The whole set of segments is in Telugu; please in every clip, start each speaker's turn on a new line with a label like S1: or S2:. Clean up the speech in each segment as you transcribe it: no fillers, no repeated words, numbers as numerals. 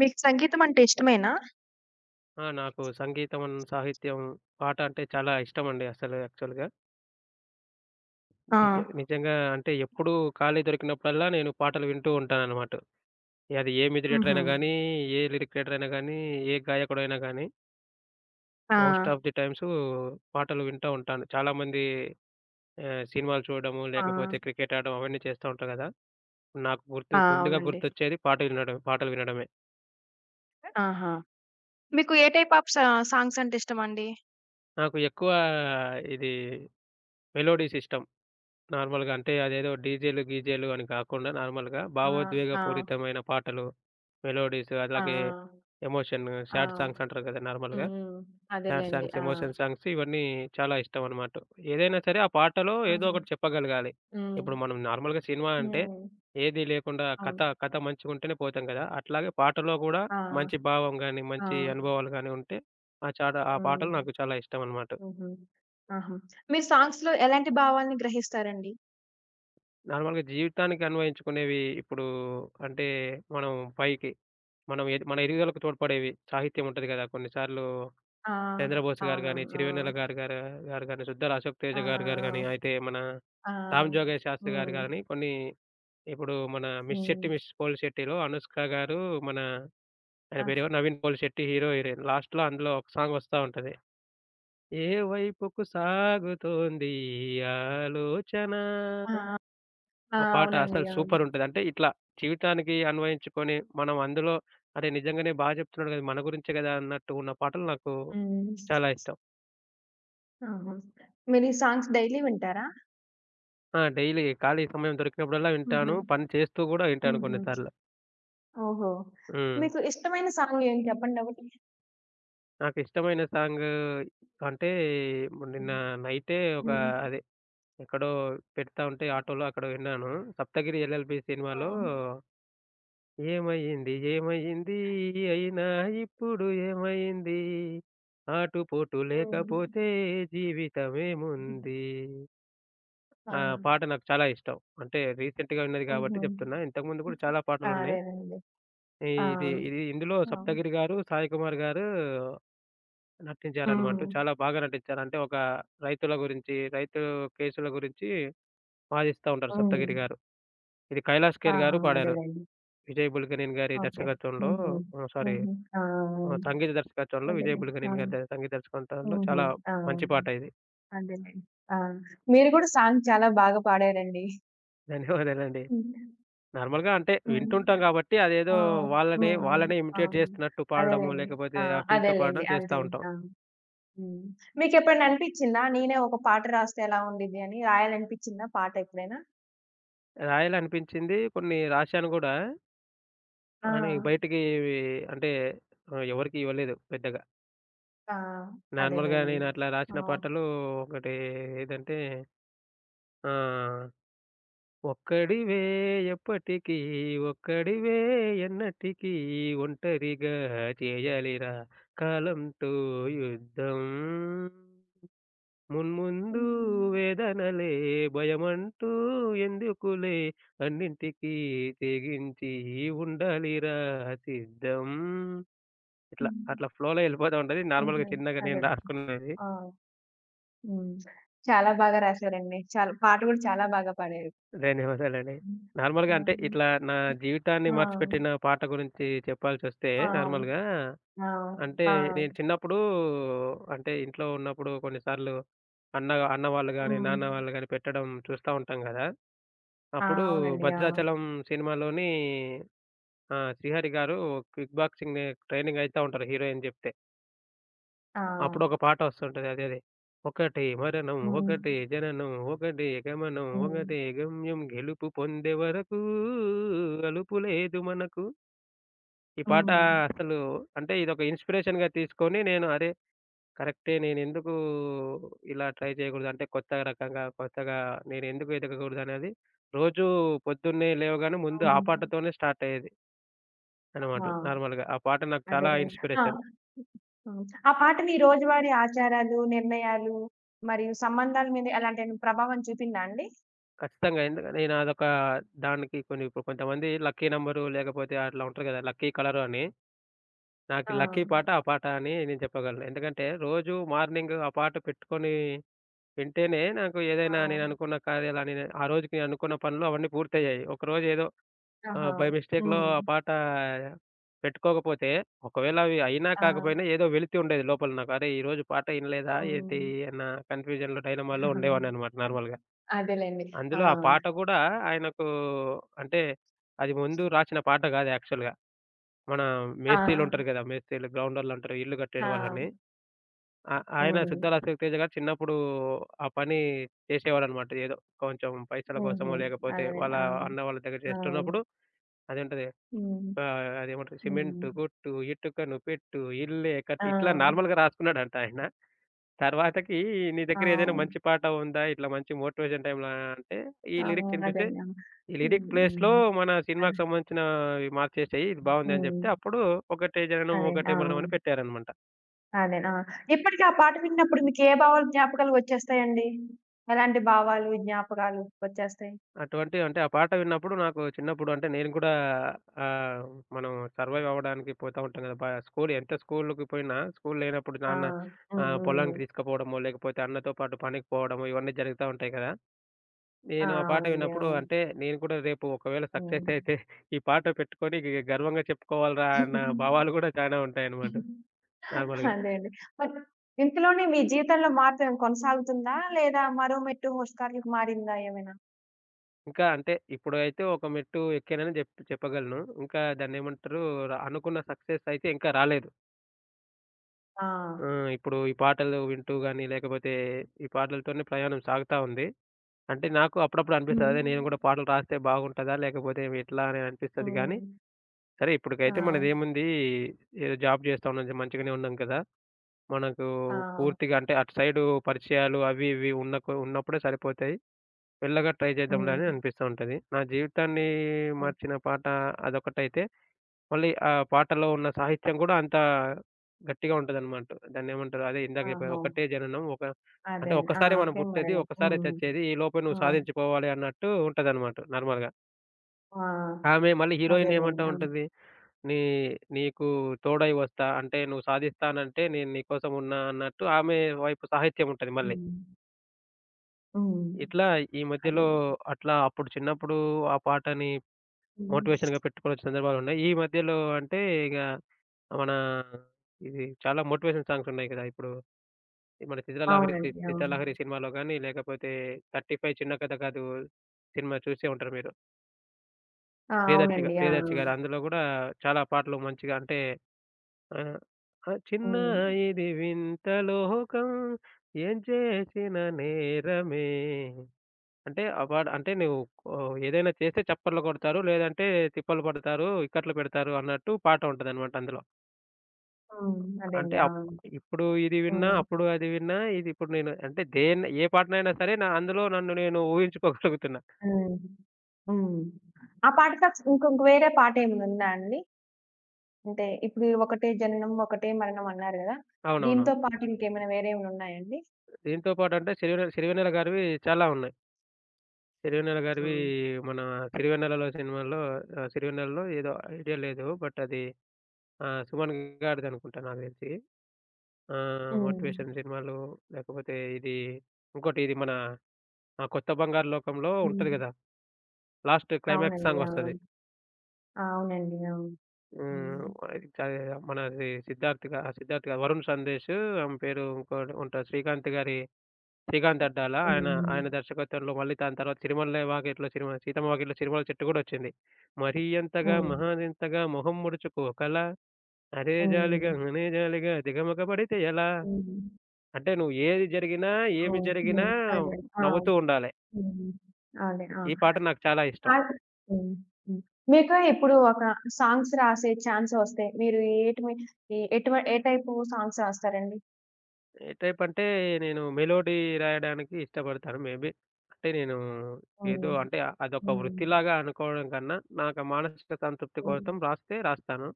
S1: మీకు సంగీతం అంటే ఇష్టమేనా?
S2: ఆ! నాకు సంగీతం, సాహిత్యం, పాట అంటే చాలా ఇష్టమండి అసలు యాక్చువల్‌గా.
S1: ఆ!
S2: నిజంగా అంటే ఎప్పుడూ ఖాళీ దొరికినప్పుడల్లా నేను పాటలు వింటూ ఉంటాననమాట. అది ఏ మ్యూజిక్ డైరెక్టర్
S1: హుహు.
S2: అయినా గానీ, ఏ లిరిక్ రైటర్ అయినా గానీ, ఏ గాయకుడైనా గానీ
S1: ఆ!
S2: మోస్ట్ ఆఫ్ ది టైమ్స్ పాటలు వింటా ఉంటాను. చాలామంది సినిమాలు చూడడము,
S1: ఆ!
S2: లేకపోతే క్రికెట్ ఆడడం అవన్నీ చేస్తా ఉంటారు గదా! నాకు
S1: ఆ!
S2: గుర్తు ముందుగా
S1: అవునండి.
S2: గుర్తొచ్చేది పాట వినడం పాటలు వినడమే.
S1: ఆహా! మీకు ఏ టైప్ ఆఫ్ సాంగ్స్ అంటే ఇష్టమండి?
S2: నాకు ఎక్కువ ఇది మెలోడీస్ ఇష్టం. నార్మల్‌గా అంటే అదేదో డీజేలు, గీజేలు అని కాకుండా నార్మల్‌గా
S1: ఆ! ఆ!
S2: భావోద్వేగపూరితమైన పాటలు, మెలోడీస్
S1: ఆ!
S2: అలాగే ఎమోషన్
S1: ఆ!
S2: సాడ్ సాంగ్స్ అంటారు కదా!
S1: హ్మ్.
S2: నార్మల్‌గా.
S1: హ్మ్.
S2: సాడ్
S1: అదేలెండి.
S2: సాంగ్స్,
S1: ఆ!
S2: ఎమోషన్ సాంగ్స్ ఇవన్నీ చాలా ఇష్టమనమాట. ఏదైనా సరే ఆ పాటలో ఏదో
S1: ఆహా!
S2: ఒకటి చెప్పగలగాలి.
S1: హ్మ్.
S2: ఇప్పుడు మనం నార్మల్‌గా సినిమా అంటే
S1: హ్మ్.
S2: ఏది లేకుండా కథ,
S1: అవును.
S2: కథ మంచిగుంటేనే పోతాం కదా! అట్లాగే పాటలో కూడా
S1: ఆ!
S2: మంచి భావం గాని,
S1: ఆ!
S2: మంచి అనుభవాలు గాని ఉంటే ఆ చాడ ఆ
S1: హ్మ్.
S2: పాటలు నాకు చాలా ఇష్టమనమాట.
S1: హుహు. ఆహా! మీరు సాంగ్స్‌లో ఎలాంటి భావాల్ని గ్రహిస్తారండి?
S2: నార్మల్‌గా జీవితానికి అన్వయించుకునేవి ఇప్పుడు అంటే మనం పైకి మనం ఎద్ మన ఎదుగుదలకు తోడ్పడేవి సాహిత్యం ఉంటది కదా! కొన్నిసార్లు
S1: ఆ!
S2: 'చంద్రబోస్' గారు గాని,
S1: అవునవును.
S2: 'సిరివెన్నెల' గారు గారు గారు గాని, 'సుద్దాల అశోక్
S1: ఆ!
S2: తేజ' గారు గారు గాని,
S1: ఆ!
S2: అయితే మన
S1: ఆ!
S2: 'రామ్ జోగయ్య
S1: ఆ!
S2: శాస్త్రి' గారు
S1: హ్మ్.
S2: గాని కొన్ని ఇప్పుడు మన 'మిస్
S1: హ్మ్.
S2: శెట్టి మిస్ పోలిశెట్టి'లో అనుష్క గారు మన ఆయన
S1: ఆ!
S2: పేరేమో 'నవీన్ పోలిశెట్టి' హీరో, హీరోయిన్. లాస్ట్‌లో అందులో ఒక సాంగ్ వస్తా ఉంటది. ఏ వైపుకు సాగుతోంది ఈ ఆలోచన
S1: ఆ! ఆ!
S2: ఆ పాట
S1: అవునండి.
S2: అసలు
S1: అవును.
S2: సూపరుంటది. అంటే ఇట్లా జీవితానికి అన్వయించుకొని మనం అందులో అరే! నిజంగానే బా జెప్తున్నాడు గదా! మన గురించే గదా! అన్నట్టు ఉన్న పాటలు నాకు
S1: హ్మ్.
S2: చాలా ఇష్టం.
S1: ఆహా! మీరు ఈ సాంగ్స్ డైలీ వింటారా?
S2: ఆ! డైలీ ఖాళీ సమయం దొరికినప్పుడల్లా
S1: హుహు.
S2: వింటాను. పని చేస్తూ గూడా వింటాను
S1: హుహు.
S2: కొన్నిసార్లు.
S1: ఓహో!
S2: హ్మ్.
S1: మీకు ఇష్టమైన సాంగ్ ఏం చెప్పండి ఒకటి?
S2: నాకు ఇష్టమైన సాంగు అంటే నిన్న నైటే ఒక
S1: హ్మ్.
S2: అదే ఎక్కడో పెడతా ఉంటే ఆటోలో అక్కడ విన్నాను. 'సప్తగిరి ఎల్ఎల్‌బి'
S1: ఆ!
S2: సినిమాలో ఏమయింది? ఏమయింది? అయినా ఇప్పుడు ఏమయింది? ఆటుపోటు
S1: హ్మ్.
S2: లేకపోతే జీవితమేముంది.
S1: ఆ!
S2: ఆ పాట నాకు చాలా ఇష్టం. అంటే రీసెంట్‌గా విన్నది
S1: ఓహో!
S2: కాబట్టి చెప్తున్నా. ఇంతకుముందు కూడా చాలా
S1: ఆ!
S2: పాటలున్నాయి.
S1: అదేనండి.
S2: ఈ
S1: ఆ!
S2: ఇది ఇది ఇందులో
S1: ఆ!
S2: సప్తగిరి గారు, సాయి కుమార్ గారు నటించారనమాట.
S1: హ్మ్.
S2: చాలా బాగా నటించారు. అంటే ఒక రైతుల గురించి, రైతు కేసుల గురించి వాదిస్తా ఉంటారు
S1: హ్మ్.
S2: సప్తగిరి గారు. ఇది కైలాష్ ఖేర్
S1: ఆహా!
S2: గారు పాడారు.
S1: అదేలెండి.
S2: విజయ్ బుల్గనేని గారి
S1: ఓకే.
S2: దర్శకత్వంలో
S1: హుహు.
S2: సారీ
S1: హుహు. ఆ!
S2: ఆ! సంగీత దర్శకత్వంలో విజయ్
S1: అదేలే. ఆ!
S2: బుల్గనేని గారి ద సంగీత దర్శకత్వంలో
S1: హుహు.
S2: చాలా
S1: ఆ!
S2: మంచి పాట ఇది.
S1: అదేలెండి. ఆ! మీరు కూడా సాంగ్ చాలా బాగా పాడారండి.
S2: ధన్యవాదాలండి.
S1: హ్మ్.
S2: నార్మల్‌గా అంటే
S1: హ్మ్.
S2: వింటుంటాం గాబట్టి అదేదో
S1: ఆ! హ్మ్.
S2: వాళ్ళనే,
S1: హ్మ్.
S2: వాళ్ళనే ఇమిటేట్
S1: అవును.
S2: చేస్తున్నట్టు పాడడము,
S1: అదేలెండి.
S2: లేకపోతే
S1: ఆ!
S2: ఆ ఫీల్‌తో
S1: అదేలెండి.
S2: పాడడం చేస్తా
S1: అంతేలే.
S2: ఉంటాం.
S1: ఆ! హ్మ్. మీకెప్పుడైనా అనిపిచ్చిందా? నేనే ఒక పాట రాస్తే ఎలా ఉండిద్ది అని రాయాలనిపిచ్చిందా పాట ఎప్పుడైనా?
S2: రాయాలనిపించింది కొన్ని రాశాను గూడా.
S1: ఆ!
S2: అని బయటికి అంటే ఎవరికీ ఇవ్వలేదు పెద్దగా.
S1: ఆ!
S2: నార్మల్‌గా
S1: అదేలెండి.
S2: నేను అట్లా రాసిన
S1: ఆ!
S2: పాటలు ఒకటి ఏదంటే ఆహ్ ఒక్కడివే ఎప్పటికీ, ఒక్కడివే ఎన్నటికీ, ఒంటరిగా చేయాలిరా కాలంతో యుద్ధం. మున్ముందు
S1: హ్మ్.
S2: వేదనలే, భయమంటూ ఎందుకులే, అన్నింటికీ తెగించి ఉండాలిరా సిద్ధం. ఇట్లా,
S1: హ్మ్.
S2: అట్లా ఫ్లోలో యెళ్ళిపోతా ఉంటది. నార్మల్‌గా
S1: హుహు.
S2: చిన్నగా నేను
S1: అదే.
S2: రాసుకున్నది.
S1: ఆ! హ్మ్. చాలా బాగా రాశారండి. చాలా పాట కూడా చాలా బాగా పాడారు.
S2: ధన్యవాదాలండి.
S1: హ్మ్.
S2: నార్మల్‌గా
S1: ఆ!
S2: అంటే ఇట్లా నా జీవితాన్ని
S1: ఆ!
S2: మార్చిపెట్టిన పాట గురించి చెప్పాల్సొస్తే
S1: ఆ!
S2: నార్మల్‌గా
S1: ఆ!
S2: అంటే
S1: ఆ!
S2: నేను చిన్నప్పుడు అంటే ఇంట్లో ఉన్నప్పుడు కొన్నిసార్లు అన్న అన్న వాళ్ళు గాని,
S1: హ్మ్.
S2: నాన్న వాళ్ళు గాని పెట్టడం చూస్తా ఉంటాం గదా!
S1: ఆ!
S2: అప్పుడు
S1: అవునండి. ఆ!
S2: 'భద్రాచలం' సినిమాలోని శ్రీహరి గారు కిక్ బాక్సింగ్ ట్రైనింగ్ అయితా ఉంటారు హీరో అని జెప్తే.
S1: ఆ!
S2: అప్పుడొక పాటొస్తుంటది. అదేదే. ఒకటే మరణం, హ్మ్.
S1: హ్మ్.
S2: ఒకటే జననం, ఒకటే గమనం,
S1: హ్మ్.
S2: ఒకటే గమ్యం గెలుపు పొందే వరకు అలుపు లేదు మనకు. ఈ పాట
S1: హ్మ్.
S2: అసలు అంటే ఇదొక ఇన్‌స్పిరేషన్‌గా తీసుకొని నేను అరే! కరెక్టే నేనెందుకు ఇలా ట్రై చేయకూడదు? అంటే కొత్త రకంగా కొత్తగా నేనెందుకు ఎదగకూడదనేది రోజూ పొద్దున్నే లేవగానే ముందు ఆ
S1: హ్మ్.
S2: పాటతోనే స్టార్ట్ అయ్యేది అన్నమాట
S1: ఆ!
S2: నార్మల్‌గా. ఆ పాట నాకు చాలా
S1: అదేలెండి. ఆ!
S2: ఇన్‌స్పిరేషన్.
S1: హ్మ్. ఆ పాటని హ్మ్. రోజువారీ ఆచారాలు, నిర్ణయాలు మరియు సంబంధాల మీద ఎలాంటి ప్రభావం చూపిందా అండి?
S2: ఖచ్చితంగా. ఎందుక నేను అదొక దానికి కొన్ని ఇప్పుడు కొంతమంది లక్కీ నంబరు లేకపోతే అట్లా ఉంటారు కదా! లక్కీ కలరు అని. నాకు
S1: ఆ!
S2: లక్కీ పాట ఆ పాట అని నేను చెప్పగలను. ఎందుకంటే రోజు మార్నింగ్ ఆ పాట పెట్టుకొని వింటేనే నాకు ఏదైనా
S1: ఆ!
S2: నేను అనుకున్న కార్యాలని ఆ రోజుకి నేను అనుకున్న పనులు అవన్నీ పూర్తయ్యాయి. ఒకరోజు ఏదో
S1: ఆహా!
S2: బై మిస్టేక్‌లో
S1: హ్మ్.
S2: ఆ పాట పెట్టుకోకపోతే ఒకవేళ అవి అయినా
S1: ఆ!
S2: కాకపోయినా ఏదో వెలితి ఉండేది లోపల నాకు. అరే! ఈరోజు పాట ఇనలేదా ఏంటి
S1: హ్మ్.
S2: అన్న కన్‌ఫ్యూజన్‌లో డైలమాలో
S1: అదేలెండి.
S2: ఉండేవాడినన్నమాట నార్మల్‌గా.
S1: ఆ!
S2: అందులో ఆ పాట గూడా ఆయనకు అంటే, అది ముందు రాసిన పాట గాదు యాక్చువల్‌గా. మన
S1: ఆ!
S2: మేస్త్రీలుంటారు గదా! మేస్త్రీలు, గ్రౌండోళ్ళుంటారు. ఇల్లు కట్టేడు
S1: ఆ!
S2: వాళ్ళని. ఆ ఆయన
S1: హ్మ్.
S2: సుద్దాల అశోక్ తేజ గారు చిన్నప్పుడు ఆ పని చేసేవాడనమాట. ఏదో కొంచెం పైసల
S1: హుహు.
S2: కోసమో, లేకపోతే
S1: అదేలెండి.
S2: వాళ్ళ
S1: ఆ!
S2: అన్న వాళ్ళ దగ్గర
S1: ఆ!
S2: చేస్తున్నప్పుడు అది ఉంటది.
S1: హ్మ్.
S2: అదేమంటారు
S1: హ్మ్.
S2: సిమెంటు కొట్టు, ఇటుకను పెట్టు, ఇల్లే కట్టు
S1: ఆ!
S2: ఇట్లా నార్మల్‌గా రాసుకున్నాడంట ఆయన. తర్వాతకి నీ
S1: ఆ!
S2: దగ్గర ఏదైనా
S1: అవును.
S2: మంచి పాట ఉందా? ఇట్లా మంచి మోటివేషన్ టైమ్‌లా అంటే, ఈ
S1: ఆ!
S2: లిరిక్స్ ఇనిపిస్తే
S1: అదండి. ఆ!
S2: ఈ
S1: హ్మ్.
S2: లిరిక్ ప్లేస్‌లో
S1: హ్మ్.
S2: మన
S1: అదే.
S2: సినిమాకి సంబంధించినవి మార్చేసేయి. ఇది బావుంది అని
S1: హ్మ్.
S2: జెప్తే, అప్పుడు 'ఒకటే జననం
S1: అదే.
S2: ఒకటే
S1: ఆ!
S2: మరణం' అని పెట్టారనమాట.
S1: అదే. ఆ! ఇప్పటికి ఆ పాట విన్నప్పుడు మీకు ఏ భావాలు, జ్ఞాపకాలు వచ్చేస్తాయండి? ఎలాంటి భావాలు, జ్ఞాపకాలు వచ్చేస్తాయి?
S2: అటువంటి అంటే ఆ పాట విన్నప్పుడు నాకు చిన్నప్పుడు అంటే నేను కూడా ఆహ్, మనం సర్వైవ్ అవ్వడానికి పోతా ఉంటాం గదా! బ స్కూల్ ఎంత స్కూలుకి పోయినా, స్కూల్ లేనప్పుడు
S1: ఆ!
S2: నాన్న
S1: హ్మ్. హ్మ్.
S2: పొలానికి తీసుకుపోవడమో, లేకపోతే అన్నతో పాటు పనికి పోవడమో ఇవన్నీ జరుగుతా ఉంటాయి కదా!
S1: ఆ!
S2: నేను ఆ పాట
S1: అవునండి.
S2: విన్నప్పుడు
S1: అవును.
S2: అంటే నేను కూడా రేపు ఒకవేళ సక్సెస్ అయితే ఈ పాట పెట్టుకొని గర్వంగా చెప్పుకోవాలిరా అన్న
S1: హ్మ్.
S2: భావాలు గూడా చానా ఉంటాయన్నమాట నార్మల్‌గా.
S1: అదే అండి. మరి ఇంతలోనే మీ జీవితంలో మార్పేమైనా కొనసాగుతుందా? లేదా మరో మెట్టు హోస్టల్‌కి మారిందా ఏమైనా?
S2: ఇంకా అంటే ఇప్పుడైతే ఒక మెట్టు ఎక్కానని జెప్ చెప్పగలను. ఇంకా దాన్నేమంటారు ర అనుకున్న సక్సెస్ అయితే ఇంకా రాలేదు.
S1: ఆ!
S2: ఇప్పుడు ఈ పాటలు వింటూ గాని, లేకపోతే ఈ పాటలతోనే ప్రయాణం సాగుతా ఉంది. అంటే నాకు అప్పుడప్పుడు అనిపిస్తది.
S1: హ్మ్.
S2: అదే నేను గూడా పాటలు రాస్తే బాగుంటదా? లేకపోతే ఎట్లా అని అనిపిస్తది గానీ,
S1: హ్మ్.
S2: సరే
S1: ఆ!
S2: ఇప్పటికైతే మనదేముంది ఏదో జాబ్ జేస్తా ఉన్నాం. మంచిగానే ఉన్నాం కదా! మనకు
S1: ఆ!
S2: పూర్తిగా అంటే అటు సైడు పరిచయాలు అవి ఇవి ఉన్న కొ ఉన్నప్పుడే సరిపోతాయి. మెల్లగా ట్రై చేద్దాంలే
S1: హ్మ్.
S2: అని అనిపిస్తూ ఉంటది. నా జీవితాన్ని
S1: హ్మ్.
S2: మార్చిన పాట అదొకటైతే, మళ్ళీ ఆ పాటలో ఉన్న సాహిత్యం గూడా అంత గట్టిగా ఉంటదనమాట. దాన్నేమంటారు? అదే ఇందాక చెప్పాను.
S1: ఆహా!
S2: ఒకటే జననం ఒక అంటే
S1: అదేండి. ఆ!
S2: ఒక్కసారే మనం
S1: ఓకే.
S2: పుట్టేది,
S1: మరణం.
S2: ఒక్కసారే
S1: హ్మ్.
S2: చచ్చేది. ఈలోపే
S1: ఆ!
S2: నువ్వు సాధించుకోవాలి అన్నట్టు ఉంటదనమాట నార్మల్‌గా.
S1: ఆ!
S2: ఆమె మళ్ళీ హీరోయిన్
S1: అదేలెండి.
S2: ఏమంటా
S1: అవును.
S2: ఉంటది? నీ నీకు తోడై వస్తా అంటే నువ్వు సాధిస్తానంటే నేను నీకోసం ఉన్నా అన్నట్టు ఆమె వైపు సాహిత్యం ఉంటది మళ్ళీ.
S1: హ్మ్. హ్మ్.
S2: ఇట్లా ఈ
S1: అదే.
S2: మధ్యలో అట్లా అప్పుడు చిన్నప్పుడు ఆ పాటని
S1: హ్మ్.
S2: మోటివేషన్‌గా పెట్టుకునే సందర్భాలున్నాయి. ఈ మధ్యలో అంటే ఇగ మన ఇది చాలా మోటివేషన్ సాంగ్స్ ఉన్నాయి కదా! ఇప్పుడు మన 'చిత్ర లహరి'
S1: అవునండి.
S2: 'చిత్ర
S1: అవును.
S2: లహరి' సినిమాలో గాని, లేకపోతే 35 చిన్న కథ కాదు సినిమా చూసే ఉంటారు మీరు.
S1: ఆ!
S2: ప్రియదర్శి గా
S1: అవునండి. ఆ! ఆ!
S2: ప్రియదర్శి గారు అందులో గూడా చాలా పాటలు మంచిగా అంటే ఆహ్, ఆ! చిన్న
S1: హ్మ్.
S2: ఇది వింత లోకం ఏం చేసిన నేరమే అంటే అవార్డ్ అంటే నువ్వు ఏదైనా చేస్తే చప్పట్లు కొడతారు. లేదంటే తిప్పలు పడతారు, ఇక్కట్లు పెడతారు అన్నట్టు పాట ఉంటదనమాట అందులో.
S1: హ్మ్.
S2: అంటే
S1: అదేండి.
S2: అప్
S1: అవును.
S2: ఇప్పుడు ఇది విన్నా,
S1: హ్మ్.
S2: అప్పుడు అది విన్నా, ఇది ఇప్పుడు నేను అంటే దేన్ని ఏ పాటనైనా సరే నా అందులో నన్ను నేను ఊహించుకోగలుగుతున్నా.
S1: హ్మ్. హ్మ్. ఆ పాట కాక ఇంకొక వేరే పాటేమైనా ఉందా అండి? అంటే ఇప్పుడు ఒకటే జననం, ఒకటే మరణం అన్నారు గదా!
S2: అవునవునవును.
S1: దీనితో పాటు ఇంకేమైనా వేరేమైనా ఉన్నాయండి?
S2: దీంతో పాటంటే సిరివెన్నెల సిరివెన్నెల గారివి చాలా ఉన్నాయి. సిరివెన్నెల
S1: ఆ!
S2: గారివి మన 'సిరివెన్నెలలో' సినిమాలో 'సిరివెన్నెలలో' ఏదో ఐడియా లేదు. బట్ అది సుమన్ గారిదనుకుంటా నాకు తెలిసి. ఆ!
S1: హ్మ్.
S2: మోటివేషన్ సినిమాలు లేకపోతే ఇది ఇంకోటి ఇది మన ఆ 'కొత్త బంగారు లోకంలో'
S1: హ్మ్.
S2: ఉంటది గదా! లాస్ట్ క్లైమాక్స్
S1: అవునండి.
S2: సాంగ్
S1: ఆ!
S2: వస్తది.
S1: అవునండి. అవును.
S2: హ్మ్.
S1: హ్మ్.
S2: ఇది కా మనది సిద్ధార్థ్ గాదు వరుణ్ సందేశ్ ఆమె పేరు ఇంకోటి ఉంటారు. శ్రీకాంత్ గారి 'శ్రీకాంత్ అడ్డాల' ఆయన
S1: హ్మ్.
S2: ఆయన దర్శకత్వంలో మళ్ళీ దాని తర్వాత 'సిరిమల్లె వాకిట్లో సిరిమ సీతమ్మ వాకిట్లో సిరిమల్లె చెట్టు' గూడా వచ్చింది. మరీ ఎంతగా హ్మ్.
S1: హ్మ్.
S2: మహాదెంతగా మొహం ముడుచుకోకలా అరే హ్మ్. జాలిగా
S1: హ్మ్.
S2: అనే జాలిగా దిగమగ పడితే ఎలా?
S1: హ్మ్.
S2: అంటే నువ్వు ఏది జరిగినా, ఏమి
S1: అవును.
S2: జరిగినా
S1: హ్మ్. అదే. ఆ!
S2: నవ్వుతూ ఉండాలె.
S1: హ్మ్. అదే. ఆ!
S2: ఈ పాట నాకు చాలా ఇష్టం.
S1: కాదు హ్మ్. హ్మ్. మీకు ఇప్పుడు ఒక సాంగ్స్ రాసే ఛాన్స్ వస్తే మీరు ఏటి మీ ఏ ఎటువ ఏ టైపు సాంగ్స్ రాస్తారండి?
S2: ఏ టైప్ అంటే నేను మెలోడీ రాయడానికి ఇష్టపడతాను. మేబీ అంటే నేను ఏదో
S1: హ్మ్.
S2: అంటే అదొక
S1: హ్మ్.
S2: వృత్తిలాగా అనుకోవడం కన్నా, నాకు ఆ మానసిక సంతృప్తి
S1: హ్మ్.
S2: కోసం రాస్తే రాస్తాను.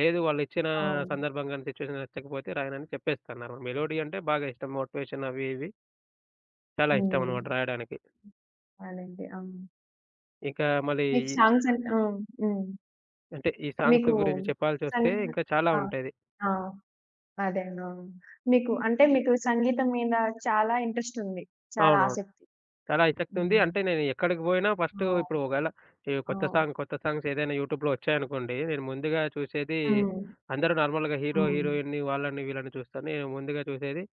S2: లేదు వాళ్ళిచ్చిన
S1: అవును.
S2: సందర్భం గాని, సిట్యుయేషన్ నచ్చకపోతే రాయనని చెప్పేస్తాను. నాకు మెలోడీ అంటే బాగా ఇష్టం. మోటివేషన్ అవి ఇవి చాలా ఇష్టం
S1: హ్మ్.
S2: అనమాట రాయడానికి.
S1: అదండి. అవును.
S2: ఇంకా మళ్ళీ
S1: మీకు
S2: ఈ-
S1: సాంగ్స్ అంటే హ్మ్. హ్మ్.
S2: అంటే ఈ సాంగ్స్
S1: మీకు
S2: గురించి చెప్పాల్సొస్తే
S1: సంగ్
S2: ఇంకా చాలా
S1: ఆ!
S2: ఉంటాయి.
S1: ఆ! అదే. అవును. మీకు సంగీతం మీద చాలా ఇంట్రెస్ట్ ఉంది. చాలా
S2: అవునవును.
S1: ఆసక్తి.
S2: చాలా ఆసక్తి ఉంది.
S1: హ్మ్.
S2: అంటే నేను ఎక్కడికి పోయినా ఫస్ట్ ఇప్పుడు
S1: అవును.
S2: ఒకవేళ ఈ కొత్త
S1: అవును.
S2: సాంగ్, కొత్త సాంగ్స్ ఏదైనా యూట్యూబ్‌లో వచ్చాయనుకోండి, నేను ముందుగా చూసేది
S1: హ్మ్.
S2: అందరూ నార్మల్‌గా హీరో,
S1: హ్మ్.
S2: హీరోయిన్‌ని వాళ్ళని వీళ్ళని చూస్తాను. నేను ముందుగా చూసేది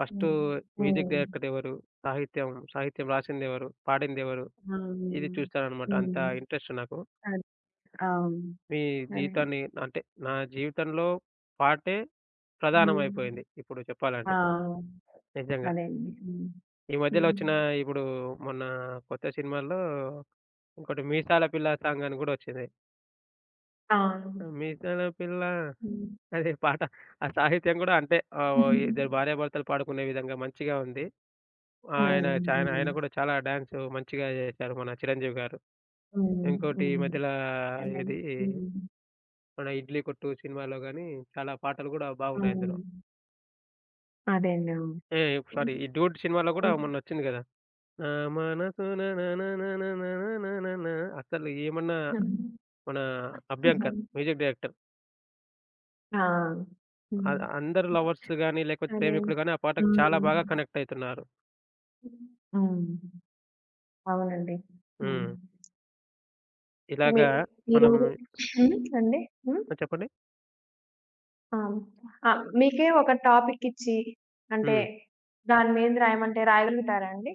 S2: ఫస్ట్
S1: హ్మ్.
S2: మ్యూజిక్
S1: హ్మ్.
S2: డైరెక్టర్ ఎవరు? సాహిత్యం, సాహిత్యం రాసిందెవరు? పాడిందెవరు?
S1: అవును.
S2: ఇది చూస్తాననమాట. అంత
S1: హ్మ్.
S2: ఇంట్రెస్ట్ నాకు.
S1: అదే. అవును.
S2: మీ
S1: అదే.
S2: జీవితాన్ని అంటే నా జీవితంలో పాటే
S1: హ్మ్.
S2: ప్రధానమైపోయింది ఇప్పుడు
S1: ఆ!
S2: చెప్పాలంటే నిజంగా.
S1: అదే అండి. హ్మ్.
S2: ఈ మధ్యలో
S1: హ్మ్.
S2: వచ్చిన ఇప్పుడు మొన్న కొత్త సినిమాల్లో ఇంకోటి 'మీసాల పిల్ల' సాంగ్ అని గూడా వచ్చింది.
S1: అవును.
S2: 'మీసాల పిల్ల'
S1: హ్మ్.
S2: అదే పాట ఆ సాహిత్యం గూడా అంటే ఓ
S1: హ్మ్.
S2: ఇద్దరు భార్యాభర్తలు పాడుకునే విధంగా మంచిగా ఉంది. ఆయన ఆయన
S1: హ్మ్.
S2: కూడా చాలా డాన్స్ మంచిగా చేశారు మన 'చిరంజీవి' గారు.
S1: హ్మ్.
S2: ఇంకోటి ఈ
S1: హ్మ్.
S2: మధ్యల
S1: అదే.
S2: ఏది
S1: హ్మ్.
S2: మన 'ఇడ్లీ కొట్టు' సినిమాలో గాని చాలా పాటలు గూడా బాగున్నాయి అందులో.
S1: అవును. అదే అండి. అవును.
S2: ఏ సారీ ఈ 'డూడ్' సినిమాలో గూడా మొన్నొచ్చింది గదా! నా మనసున నా నా నా నా నా నా నా నా నా నా. అసలు ఏమన్నా
S1: హ్మ్.
S2: మన
S1: హ్మ్.
S2: 'Abhyankar' music director.
S1: À.
S2: అ హ్మ్.
S1: హ్మ్.
S2: అందరు లవర్స్ గాని, లేకపోతే
S1: అదే.
S2: ప్రేమికులు గాని ఆ పాటకి చాలా
S1: హ్మ్.
S2: బాగా కనెక్ట్ అయితున్నారు.
S1: హ్మ్. అవునండి. హ్మ్.
S2: హ్మ్.
S1: మీ
S2: ఇలాగా మనం
S1: ఈరోజు హ్మ్. అండి. హ్మ్.
S2: ఆ! చెప్పండి?
S1: ఆ! ఆ! మీకే ఒక టాపిక్ ఇచ్చి, అంటే
S2: హ్మ్.
S1: దాని మీద రాయమంటే రాయగలుగుతారా అండి?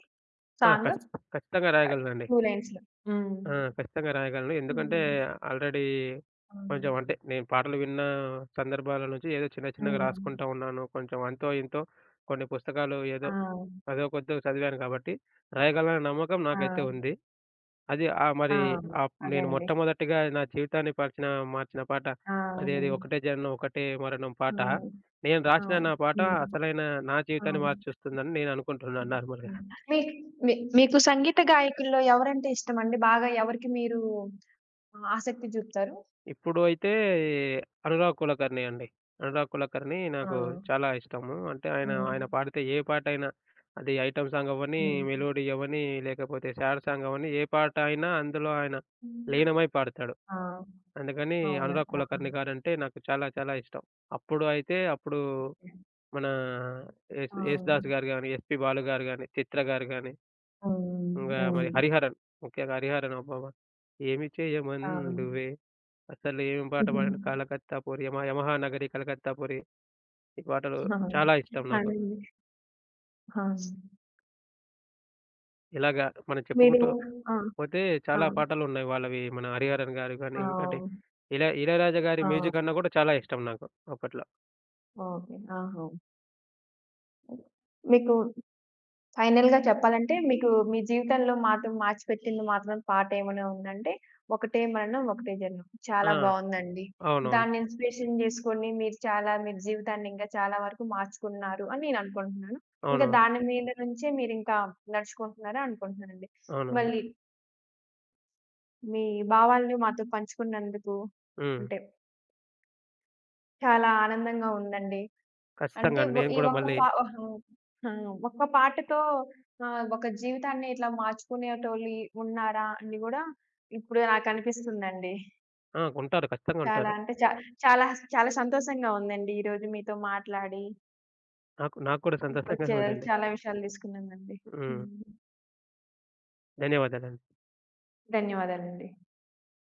S2: ఆ!
S1: సాంగ్
S2: ఖచ్ ఖచ్చితంగా
S1: ఆహ్,
S2: రాయగలనండి.
S1: 2 లైన్స్‌లో. హ్మ్.
S2: ఆ! ఖచ్చితంగా రాయగలను. ఎందుకంటే
S1: హ్మ్.
S2: ఆల్రెడీ
S1: అవును.
S2: కొంచెం అంటే నేను పాటలు విన్న సందర్భాల నుంచి ఏదో చిన్న చిన్నగా హ్మ్.
S1: హ్మ్.
S2: రాసుకుంటా ఉన్నాను. కొంచెం అంతో ఇంతో కొన్ని పుస్తకాలు
S1: ఆ!
S2: ఏదో చదో కొద్దో చదివాను కాబట్టి రాయగలననే నమ్మకం నాకైతే
S1: ఆ!
S2: ఉంది. అది
S1: ఆ!
S2: మరి
S1: అదే
S2: నేను
S1: అండి.
S2: మొట్టమొదటిగా నా జీవితాన్ని పరిచిన మార్చిన పాట
S1: ఆ! అవును.
S2: అదేది 'ఒకటే జననం ఒకటే మరణం' పాట.
S1: అవును.
S2: నేను రాసిన
S1: అవును.
S2: నా పాట
S1: హ్మ్.
S2: అసలైన నా జీవితాన్ని
S1: అవును.
S2: మార్చేస్తుందని నేను అనుకుంటున్నాను
S1: హ్మ్.
S2: నార్మల్‌గా.
S1: మీక్ మీ మీకు సంగీత గాయకుల్లో ఎవరంటే ఇష్టమండి? బాగా ఎవరికి మీరు ఆసక్తి చూపుతారు?
S2: ఇప్పుడు అయితే అనురాగ్ కులకర్ణి అండి. అనురాగ్ కులకర్ణి
S1: ఆ!
S2: నాకు చాలా ఇష్టము. అంటే ఆయన,
S1: హ్మ్.
S2: ఆయన పాడితే ఏ పాటైనా అది ఐటెమ్ సాంగ్ అవ్వని, మెలోడీ అవ్వని, లేకపోతే సాడ్ సాంగ్ అవ్వని ఏ పాట అయినా అందులో ఆయన
S1: హ్మ్.
S2: లీనమై పాడతాడు.
S1: ఆ!
S2: అందుకని 'అనురాగ్
S1: అవునండి. అవును.
S2: కులకర్ణి' గారంటే నాకు చాలా చాలా ఇష్టం. అప్పుడు అయితే అప్పుడు మన
S1: ఆ!
S2: యేసుదాసు గారు గాని, ఎస్‌పీ బాలు గారు గాని, చిత్ర గారు గాని,
S1: హ్మ్.
S2: ఇంగా మరి
S1: హ్మ్.
S2: హ్మ్. 'హరిహరన్' ముఖ్యంగా 'హరిహరన్' అబ్బబ్బా! ఏమి
S1: ఆ!
S2: చేయమందువే అసలేం పాట
S1: హుహు.
S2: పాడాడు 'కలకత్తా పొరి' యమ 'యమహా నగరి కలకత్తా పొరి' ఈ పాటలు
S1: ఆ!
S2: చాలా ఇష్టం నాకు.
S1: అదండి. ఆ!
S2: ఇలాగా మనం
S1: మీరు
S2: చెప్పుకుంటూ
S1: ఆ!
S2: పోతే
S1: ఆ!
S2: చాలా పాటలున్నాయి వాళ్ళవి. మన 'హరిహరన్' గారు గాని
S1: ఆ!
S2: ఇంకోటి 'ఇళయరాజా' గారి
S1: ఆ!
S2: మ్యూజిక్ అన్నా గూడా చాలా ఇష్టం నాకు అప్పట్లో.
S1: ఓకే. ఆహా! మీకు ఫైనల్‌గా చెప్పాలంటే మీకు మీ జీవితంలో మాత్రం మార్చిపెట్టింది మాత్రం పాటేమైనా ఉందంటే, 'ఒకటే మరణం ఒకటే జన్మ' చాలా
S2: ఆ!
S1: బావుందండి.
S2: అవునవును.
S1: దాన్ని ఇన్‌స్పిరేషన్ జేసుకొని మీరు చాలా మీ జీవితాన్ని ఇంకా చాలా వరకు మార్చుకున్నారు అని నేను అనుకుంటున్నాను. ఇంకా
S2: అవునవును.
S1: దాని మీద నుంచే మీరింకా నడుచుకుంటున్నారని అనుకుంటున్నానండి.
S2: అవునవును.
S1: మళ్ళీ మీ భావాలను మాతో పంచుకున్నందుకు
S2: హ్మ్.
S1: అంటే చాలా ఆనందంగా ఉందండి.
S2: ఖచ్చితంగా
S1: అంటే
S2: అండి.
S1: వ
S2: నేను
S1: ఈ
S2: గూడా
S1: ఒక్క
S2: మళ్ళీ
S1: పా ఆహా! ఆ! ఒక్క పాటతో ఒక జీవితాన్ని ఇట్లా మార్చుకునేటోళ్ళు ఉన్నారా అని గూడా ఇప్పుడు నాకనిపిస్తుందండి.
S2: ఆ! ఉంటారు. ఖచ్చితంగా
S1: చాలా
S2: ఉంటారు.
S1: అంటే చా చాలా, చాలా సంతోషంగా ఉందండి ఈరోజు మీతో మాట్లాడి,
S2: నాకు నాకు కూడా సంతోషంగా
S1: కొచ్చే
S2: ఉందండి.
S1: చాలా విషయాలు తెలుసుకున్నానండి.
S2: హ్మ్.
S1: హ్మ్.
S2: ధన్యవాదాలండి.
S1: ధన్యవాదాలండి.